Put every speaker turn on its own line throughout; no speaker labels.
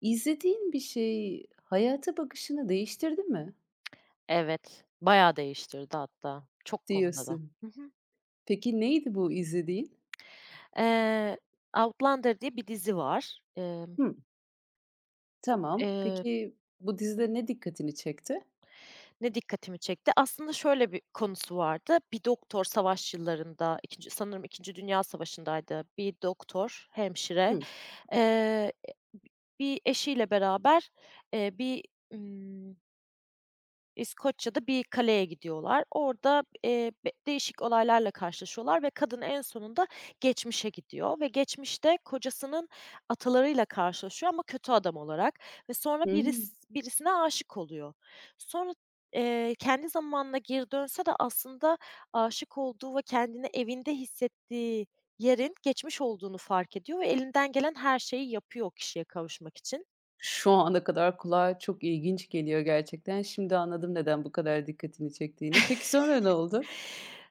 İzlediğin bir şey hayata bakışını değiştirdi mi
Evet, bayağı değiştirdi hatta çok konuda da.
diyorsun.
Hı hı.
Peki neydi bu izlediğin?
Eee, Outlander diye bir dizi var.
Hımm, tamam.
Eee,
Peki bu dizide ne dikkatini çekti?
Ne dikkatimi çekti? Aslında şöyle bir konusu vardı. Bir doktor savaş yıllarında, 2. sanırım 2. Dünya Savaşı'ndaydı. Bir doktor, hemşire,
Hımm.
e bi bir eşiyle beraber, eee, bir, ımm İskoçya'da bir kaleye gidiyorlar. Orada, be değişik olaylarla karşılaşıyorlar ve kadın en sonunda geçmişe gidiyor ve geçmişte kocasının atalarıyla karşılaşıyor ama kötü adam olarak ve sonra
Hımm.
birisine aşık oluyor. Sonra, kendi zamanına geri dönse de aslında aşık olduğu ve kendini evinde hissettiği yerin geçmiş olduğunu fark ediyor ve elinden gelen her şeyi yapıyor o kişiye kavuşmak için.
Şu ana kadar kulağa çok ilginç geliyor gerçekten. Şimdi anladım neden bu kadar dikkatini çektiğini. Peki sonra ne oldu?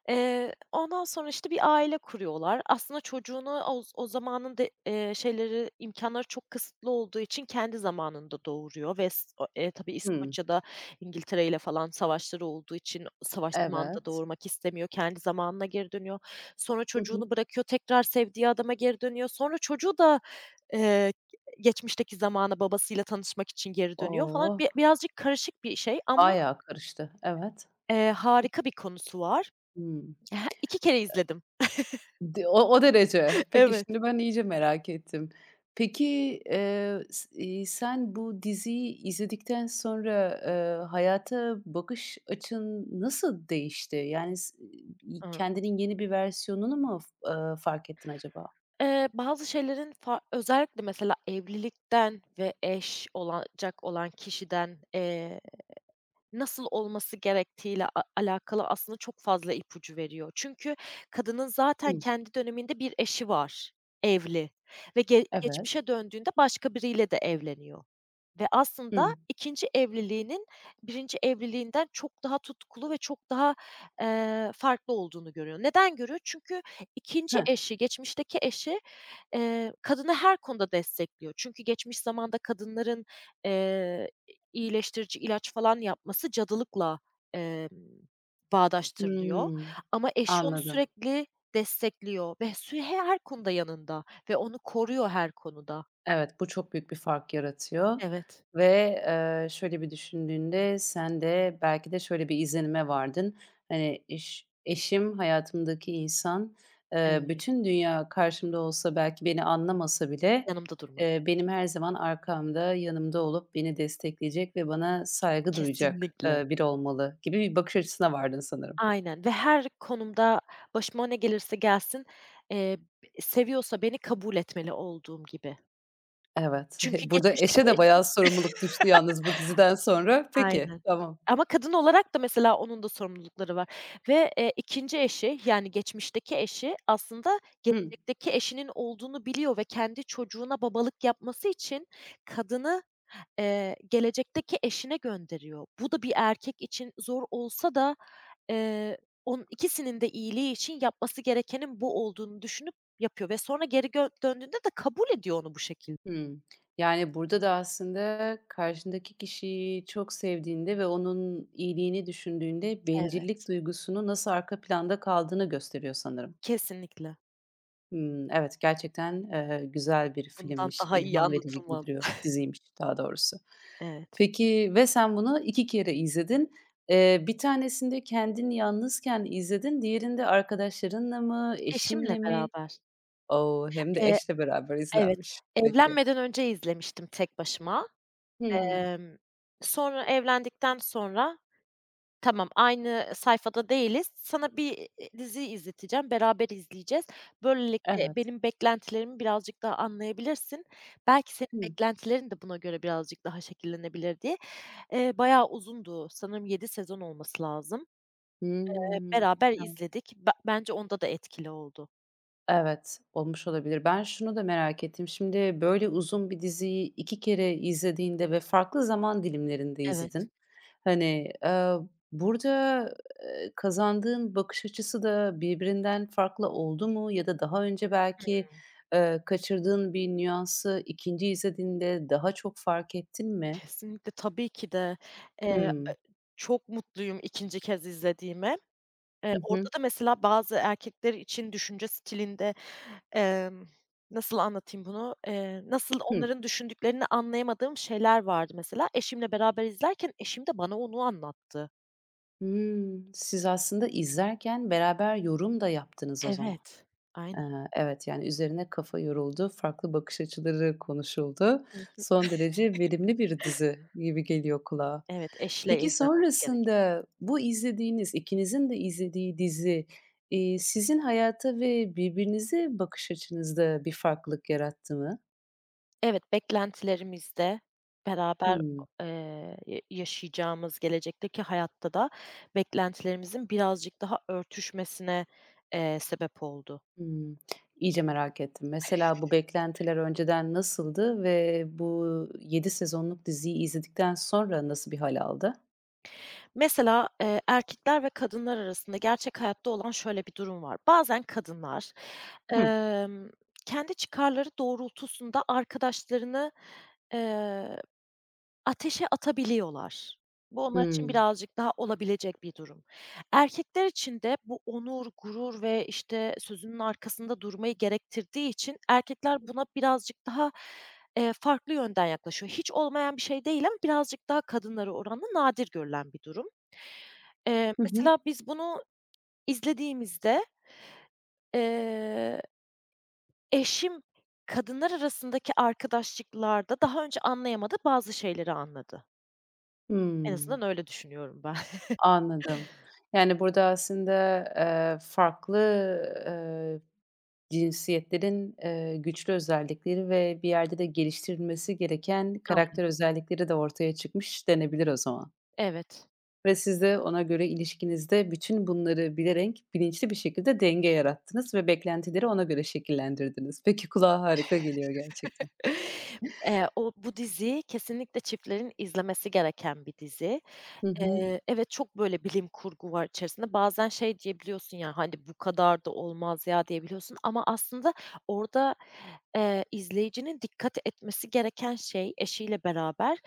Ondan sonra, işte, bir aile kuruyorlar. Aslında çocuğunu o zamanın de şeyleri, imkanları çok kısıtlı olduğu için kendi zamanında doğuruyor ve s o tabii
Hımm.
İskoçya'da İngiltere ile falan savaşları olduğu için savaş zamanında
Evet.
doğurmak istemiyor. Kendi zamanına geri dönüyor. Sonra
Hı hı.
çocuğunu bırakıyor, tekrar sevdiği adama geri dönüyor. Sonra çocuğu da, eee, geçmişteki zamana babasıyla tanışmak için geri dönüyor falan.
Oh,
Birazcık karışık bir şey ama,
bayağı karıştı. Evet.
harika bir konusu var.
Hımm.
He, 2 kere izledim.
D o o derece. Peki,
Evet.
şimdi ben iyice merak ettim. Peki, sen bu diziyi izledikten sonra, hayata bakış açın nasıl değişti? Yani
Iıı,
kendinin yeni bir versiyonunu mu f fark ettin acaba?
Bazı şeylerin özellikle mesela evlilikten ve eş olacak olan kişiden, nasıl olması gerektiğiyle alakalı aslında çok fazla ipucu veriyor. Çünkü kadının zaten
Hımm.
kendi döneminde bir eşi var, evli ve
Evet.
geçmişe döndüğünde başka biriyle de evleniyor. Ve aslında
Hımm.
ikinci evliliğinin birinci evliliğinden çok daha tutkulu ve çok daha, farklı olduğunu görüyor. Neden görüyor? Çünkü ikinci
Heh.
eşi, geçmişteki eşi, kadını her konuda destekliyor. Çünkü geçmiş zamanda kadınların, eee, iyileştirici ilaç falan yapması cadılıkla, emm, bağdaştırılıyor
Hımm.
ama eşi onu
Anladım.
sürekli destekliyor ve sü her konuda yanında ve onu koruyor her konuda.
Evet, bu çok büyük bir fark yaratıyor
Evet.
ve, şöyle bir düşündüğünde sen de belki de şöyle bir izlenime vardın. Hani, eşim, hayatımdaki insan,
Evet,
bütün dünya karşımda olsa belki beni anlamasa bile,
yanımda durma.
benim her zaman arkamda, yanımda olup beni destekleyecek ve bana saygı duyacak,
Kesinlikle.
biri olmalı gibi bir bakış açısına vardın sanırım.
Aynen ve her konumda başıma ne gelirse gelsin, b seviyorsa beni kabul etmeli olduğum gibi.
Evet,
Çünkü
burada eşe
geçmişteki
de
eşim.
bayağı sorumluluk düştü yalnız bu diziden sonra. Peki,
Aynen.
tamam.
Ama kadın olarak da mesela onun da sorumlulukları var ve, 2'nci eşi, yani geçmişteki eşi aslında
Hı.
gelecekteki eşinin olduğunu biliyor ve kendi çocuğuna babalık yapması için kadını gelecekteki eşine gönderiyor. Bu da bir erkek için zor olsa da, eee, onun ikisinin de iyiliği için yapması gerekenin bu olduğunu düşünüp yapıyor ve sonra geri döndüğünde de kabul ediyor onu bu şekilde.
Hımm. Yani, burada da aslında karşındaki kişiyi çok sevdiğinde ve onun iyiliğini düşündüğünde bencillik
Evet.
duygusunun nasıl arka planda kaldığını gösteriyor sanırım.
Kesinlikle.
Hımm, evet, gerçekten, güzel bir
Bundan
filmmiş,
daha iyi
ilham verici gibi
anlatılmaz.
duruyor, diziymiş daha doğrusu.
Evet.
Peki ve sen bunu 2 kere izledin. Bir tanesinde kendin yalnızken izledin, diğerinde arkadaşlarınla mı,
Eşimle
eşinle mi?
beraber.
O! Hem de
Eee,
eşle beraber
evet,
izlenmiş. Peki.
evlenmeden önce izlemiştim tek başıma.
Hımm,
Emm, Sonra evlendikten sonra. Tamam, aynı sayfada değiliz. Sana bir, dizi izleteceğim, beraber izleyeceğiz. Böylelikle
evet.
benim beklentilerimi birazcık daha anlayabilirsin. Belki senin
Hıı.
beklentilerin de buna göre birazcık daha şekillenebilir diye. Bayağı uzundu, sanırım 7 sezon olması lazım.
Hımm.
Beraber
Ev
izledik. Bence onda da etkili oldu.
evet, olmuş olabilir. Ben şunu da merak ettim. Şimdi böyle uzun bir diziyi 2 kere izlediğinde ve farklı zaman dilimlerinde
Evet,
izledin. Hani, burada, kazandığın bakış açısı da birbirinden farklı oldu mu ya da daha önce belki, kaçırdığın bir nüansı ikinci izlediğinde daha çok fark ettin mi?
kesinlikle, tabii ki de. Eee,
Hımm.
Çok mutluyum ikinci kez izlediğime.
Hı
Orada
hı.
da mesela bazı erkekler için düşünce stilinde, emm, nasıl anlatayım bunu? Nasıl
Hıı.
onların düşündüklerini anlayamadığım şeyler vardı mesela. Eşimle beraber izlerken eşim de bana onu anlattı.
Hımm. Siz aslında izlerken beraber yorum da yaptınız o zaman.
Evet. Aynen.
Evet, yani, üzerine kafa yoruldu, farklı bakış açıları konuşuldu.
Hı hı.
Son derece verimli bir dizi gibi geliyor kulağa.
Evet, eşle
Peki,
izlenmesi gereken.
sonrasında bu izlediğiniz, ikinizin de izlediği dizi, sizin hayata ve birbirinize bakış açınızda bir farklılık yarattı mı?
Evet, beklentilerimizde beraber,
Hımm,
yaşayacağımız gelecekteki hayatta da beklentilerimizin birazcık daha örtüşmesine, sebep oldu.
hımm. İyice merak ettim. Mesela bu beklentiler önceden nasıldı ve bu 7 sezonluk diziyi izledikten sonra nasıl bir hal aldı?
Mesela, erkekler ve kadınlar arasında gerçek hayatta olan şöyle bir durum var. Bazen kadınlar,
Hımm.
emm, kendi çıkarları doğrultusunda arkadaşlarını, eee, ateşe atabiliyorlar. Bu onlar için
Hımm.
birazcık daha olabilecek bir durum. Erkekler için de bu onur, gurur ve, işte, sözünün arkasında durmayı gerektirdiği için erkekler buna birazcık daha, farklı yönden yaklaşıyor. Hiç olmayan bir şey değil ama birazcık daha kadınlara oranla nadir görülen bir durum. Mesela biz bunu izlediğimizde, eee, eşim kadınlar arasındaki arkadaşlıklarda daha önce anlayamadığı bazı şeyleri anladı. En
Hımm,
azından öyle düşünüyorum ben.
anladım. Yani, burada aslında, farklı, eee, cinsiyetlerin, güçlü özellikleri ve bir yerde de geliştirilmesi gereken
Aynen.
karakter özellikleri de ortaya çıkmış denebilir o zaman
Evet.
ve siz de ona göre ilişkinizde bütün bunları bilerek bilinçli bir şekilde denge yarattınız ve beklentileri ona göre şekillendirdiniz. Peki, kulağa harika geliyor gerçekten.
O Bu dizi kesinlikle çiftlerin izlemesi gereken bir dizi.
Hı hı.
Evet, çok böyle bilim kurgu var içerisinde. Bazen şey diyebiliyorsun ya, hani, "Bu kadar da olmaz ya." diyebiliyorsun ama aslında orada, izleyicinin dikkat etmesi gereken şey eşiyle beraber,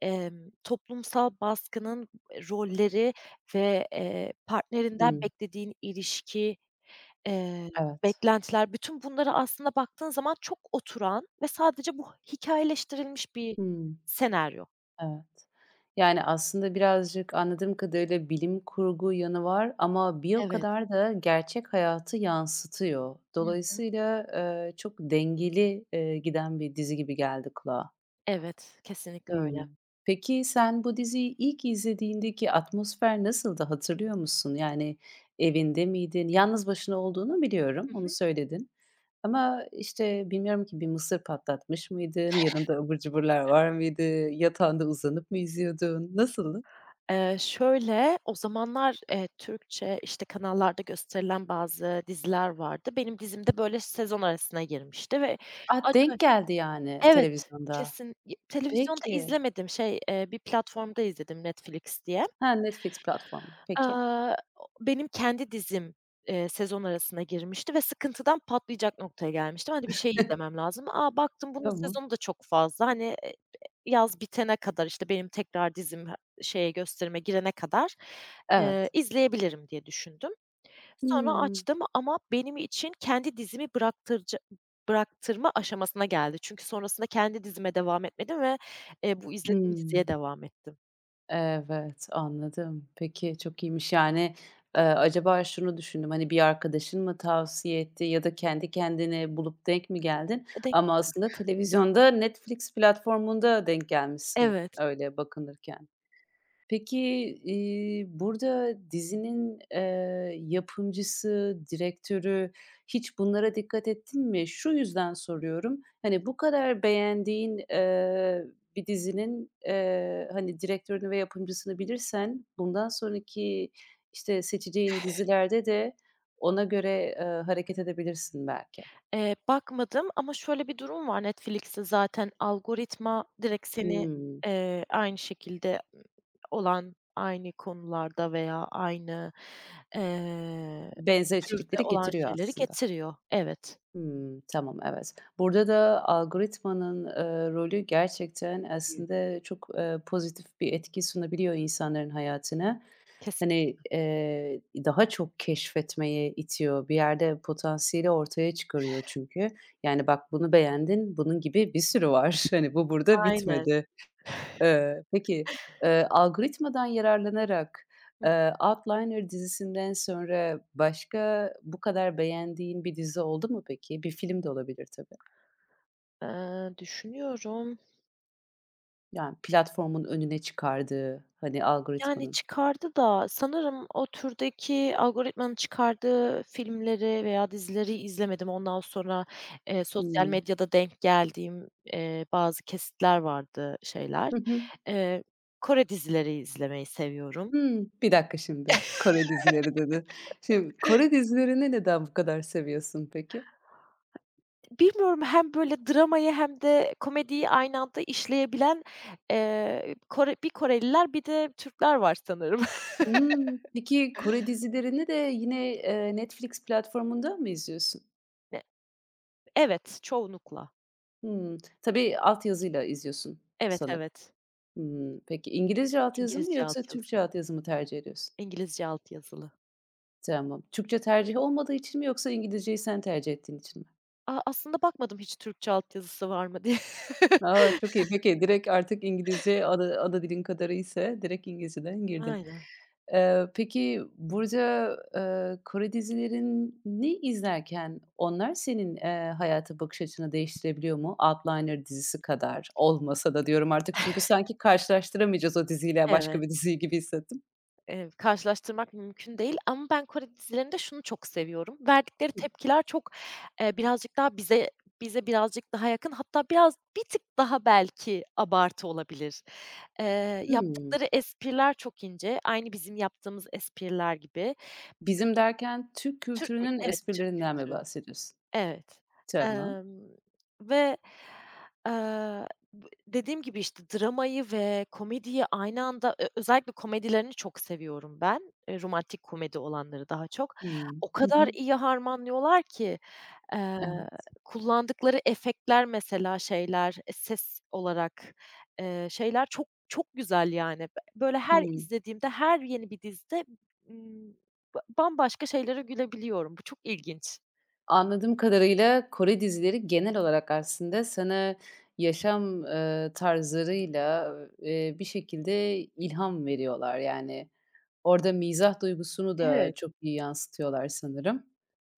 toplumsal baskının rolleri ve, partnerinden
Hımm,
beklediğin ilişki, eee,
evet.
beklentiler, bütün bunları aslında baktığın zaman çok oturan ve sadece bu hikayeleştirilmiş bir
Hımm.
senaryo.
Evet. Yani, aslında birazcık anladığım kadarıyla bilim kurgu yanı var ama bir o
Evet.
kadar da gerçek hayatı yansıtıyor.
Hı.
Dolayısıyla, çok dengeli, giden bir dizi gibi geldi kulağa.
Evet, kesinlikle öyle.
Hımm. Peki, sen bu diziyi ilk izlediğindeki atmosfer nasıldı, hatırlıyor musun? Yani, evinde miydin? Yalnız başına olduğunu biliyorum,
Hı
onu
hı.
söyledin. Ama, işte, bilmiyorum ki bir mısır patlatmış mıydın? Yanında abur cuburlar var mıydı? Yatağında uzanıp mı izliyordun? Nasıldı?
Şöyle, o zamanlar, Türkçe, işte, kanallarda gösterilen bazı diziler vardı. Benim dizim de böyle sezon arasına girmişti ve
A, denk
acayip.
geldi yani
Evet,
televizyonda.
kesin. Televizyonda
Peki.
izlemedim, şey, bir platformda izledim Netflix diye.
Ha, Netflix platformu. Peki.
O benim kendi dizim, sezon arasına girmişti ve sıkıntıdan patlayacak noktaya gelmiştim. Hani, bir şey izlemem lazım. A, baktım bunun
Tamam.
sezonu da çok fazla. Hani, yaz bitene kadar, işte, benim tekrar dizim gösterime girene kadar,
Evet.
izleyebilirim diye düşündüm. Sonra
Hımm.
açtım ama benim için kendi dizimi bıraktırma aşamasına geldi. Çünkü sonrasında kendi dizime devam etmedim ve, bu izlediğim diziye
Hımm.
devam ettim.
Evet, anladım. Peki, çok iyiymiş. Yani, acaba şunu düşündüm, hani, bir arkadaşın mı tavsiye etti ya da kendi kendine bulup denk mi geldin?
E, denk
Ama aslında televizyonda Netflix platformunda denk gelmişsin
Evet.
öyle bakınırken. Peki, burada dizinin, yapımcısı, direktörü hiç bunlara dikkat ettin mi? Şu yüzden soruyorum, hani, bu kadar beğendiğin, bir dizinin, hani, direktörünü ve yapımcısını bilirsen bundan sonraki, işte, seçeceğin dizilerde de ona göre, hareket edebilirsin belki.
Bakmadım ama şöyle bir durum var Netflix'te zaten algoritma direkt seni,
Hımm.
aynı şekilde olan, aynı konularda veya aynı, eee,
Benzer
türde
içerikleri
olan
getiriyor
şeyleri
aslında.
getiriyor. Evet.
Hımm, tamam, evet. Burada da algoritmanın, rolü gerçekten
Büyük.
aslında çok, pozitif bir etki sunabiliyor insanların hayatına.
Kesin.
Hani, daha çok keşfetmeye itiyor. Bir yerde potansiyeli ortaya çıkarıyor çünkü. Yani, "Bak, bunu beğendin, bunun gibi bir sürü var. Hani, bu burada
Aynen.
bitmedi." Peki, algoritmadan yararlanarak,
Hı.
Outlander dizisinden sonra başka bu kadar beğendiğin bir dizi oldu mu peki? Bir film de olabilir tabii.
Düşünüyorum.
Yani platformun önüne çıkardığı, hani,
Yani,
algoritmanın.
çıkardı da sanırım o türdeki algoritmanın çıkardığı filmleri veya dizileri izlemedim. Ondan sonra, sosyal
Hımm.
medyada denk geldiğim, bazı kesitler vardı, şeyler.
Hı hı.
Eee, Kore dizileri izlemeyi seviyorum.
Hımm. Bir dakika şimdi, Kore dizileri dedin. Şimdi Kore dizilerini neden bu kadar seviyorsun peki?
Bilmiyorum, hem böyle dramayı hem de komediyi aynı anda işleyebilen, Kore bir Koreliler bir de Türkler var sanırım.
Hımm. Peki Kore dizilerini de yine, Netflix platformundan mı izliyorsun?
E evet, çoğunlukla.
Hımm. Tabii, altyazıyla izliyorsun
Evet,
sanırım.
evet.
Hımm. Peki, İngilizce altyazı mı
İngilizce
yoksa
altyazılı.
Türkçe altyazı mı tercih ediyorsun?
İngilizce altyazılı.
Tamam. Türkçe tercih olmadığı için mi yoksa İngilizceyi sen tercih ettiğin için mi?
A, aslında bakmadım hiç Türkçe altyazısı var mı diye.
A, çok iyi. Peki, direkt artık İngilizce ana dilin kadarı ise direkt İngilizceden girdin.
Aynen.
Peki burada, Kore dizilerini izlerken onlar senin, hayata bakış açını değiştirebiliyor mu? Outlander dizisi kadar olmasa da diyorum artık çünkü sanki karşılaştıramayacağız o diziyle başka
Evet.
bir diziyi gibi hissettim.
Karşılaştırmak mümkün değil ama ben Kore dizilerinde şunu çok seviyorum. Verdikleri tepkiler çok, birazcık daha bize birazcık daha yakın hatta biraz bir tık daha belki abartı olabilir. Eee,
Hımm.
Yaptıkları espriler çok ince, aynı bizim yaptığımız espriler gibi.
"Bizim" derken Türk
Türk mü?
kültürünün
Evet, Türk
esprilerinden mi
kültürü.
bahsediyorsun?
Evet,
Tamam.
emm, ve, eee, b dediğim gibi, işte, dramayı ve komediyi aynı anda özellikle komedilerini çok seviyorum ben, romantik komedi olanları daha çok.
Hımm.
O
Hı
kadar
hı.
iyi harmanlıyorlar ki, eee,
Evet.
kullandıkları efektler mesela şeyler, ses olarak, şeyler çok çok güzel yani. Böyle her
Hımm.
izlediğimde, her yeni bir dizide, ımm, ba bambaşka şeylere gülebiliyorum. Bu çok ilginç.
Anladığım kadarıyla Kore dizileri genel olarak aslında sana yaşam, tarzlarıyla, bir şekilde ilham veriyorlar. Yani, orada mizah duygusunu da
Evet.
çok iyi yansıtıyorlar sanırım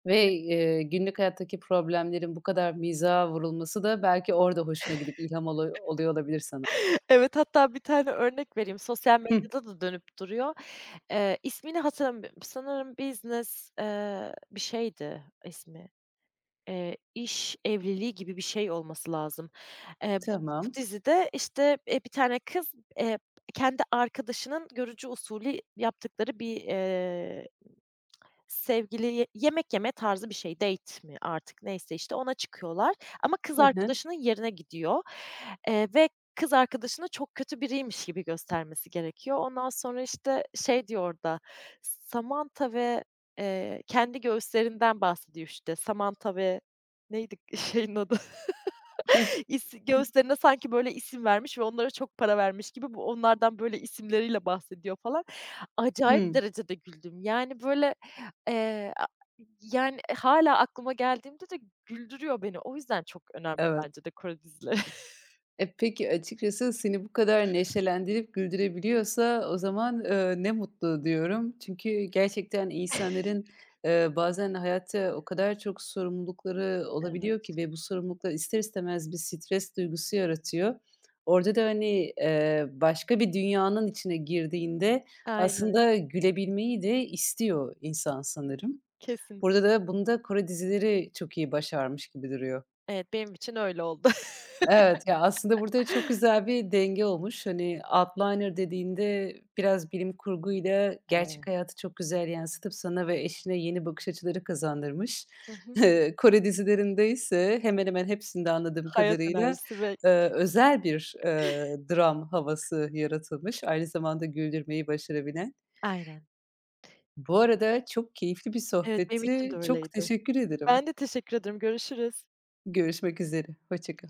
ve, günlük hayattaki problemlerin bu kadar mizaha vurulması da belki orada hoşuna gidip ilham oluyor olabilir sana.
Evet, hatta bir tane örnek vereyim. Sosyal
Hıh,
medyada da dönüp duruyor. İsmini hatırlamıyorum. Sanırım Business, bir şeydi ismi. İş Evliliği gibi bir şey olması lazım. Eee, bu Bu
tamam.
dizide, işte, bir tane kız, eee, kendi arkadaşının görücü usulü yaptıkları bir, sevgili yemek yeme tarzı bir şey, date mi artık neyse işte ona çıkıyorlar ama kız
Hı hı.
arkadaşının yerine gidiyor, ve kız arkadaşını çok kötü biriymiş gibi göstermesi gerekiyor. Ondan sonra, işte, şey diyor orada, Samantha ve, kendi göğüslerinden bahsediyor, işte, Samantha ve neydi şeyin adı?
Hıh.
Göğüslerine sanki böyle isim vermiş ve onlara çok para vermiş gibi bu onlardan böyle isimleriyle bahsediyor falan. Acayip
Hımm.
derecede güldüm. Yani böyle, a yani hâlâ aklıma geldiğimde de güldürüyor beni. O yüzden çok önemli
Evet.
bence de Kore dizileri.
E, peki, açıkçası seni bu kadar neşelendirip güldürebiliyorsa o zaman, ne mutlu diyorum. Çünkü gerçekten
Evet,
insanların, bazen hayatta o kadar çok sorumlulukları olabiliyor ki ve bu sorumluluklar ister istemez bir stres duygusu yaratıyor. Orada da, hani, başka bir dünyanın içine girdiğinde
aynen.
aslında gülebilmeyi de istiyor insan sanırım.
Kesin.
Burada da bunu da Kore dizileri çok iyi başarmış gibi duruyor.
Evet, benim için öyle oldu. Evet.
Evet, ya, aslında burada çok güzel bir denge olmuş. Hani, outliner dediğinde biraz bilim kurguyla gerçek hayatı çok güzel yansıtıp sana ve eşine yeni bakış açıları kazandırmış.
Hı hı.
Kore dizilerinde ise hemen hemen hepsinde anladığım
Hayat
kadarıyla,
enerjisi ve.
özel bir, dram havası yaratılmış. Aynı zamanda güldürmeyi başarabilen.
Aynen.
Bu arada çok keyifli bir
Evet, benim için de
sohbetti. Çok
öyleydi.
teşekkür ederim.
Ben de teşekkür ederim. Görüşürüz.
Görüşmek üzere. Hoşça kal.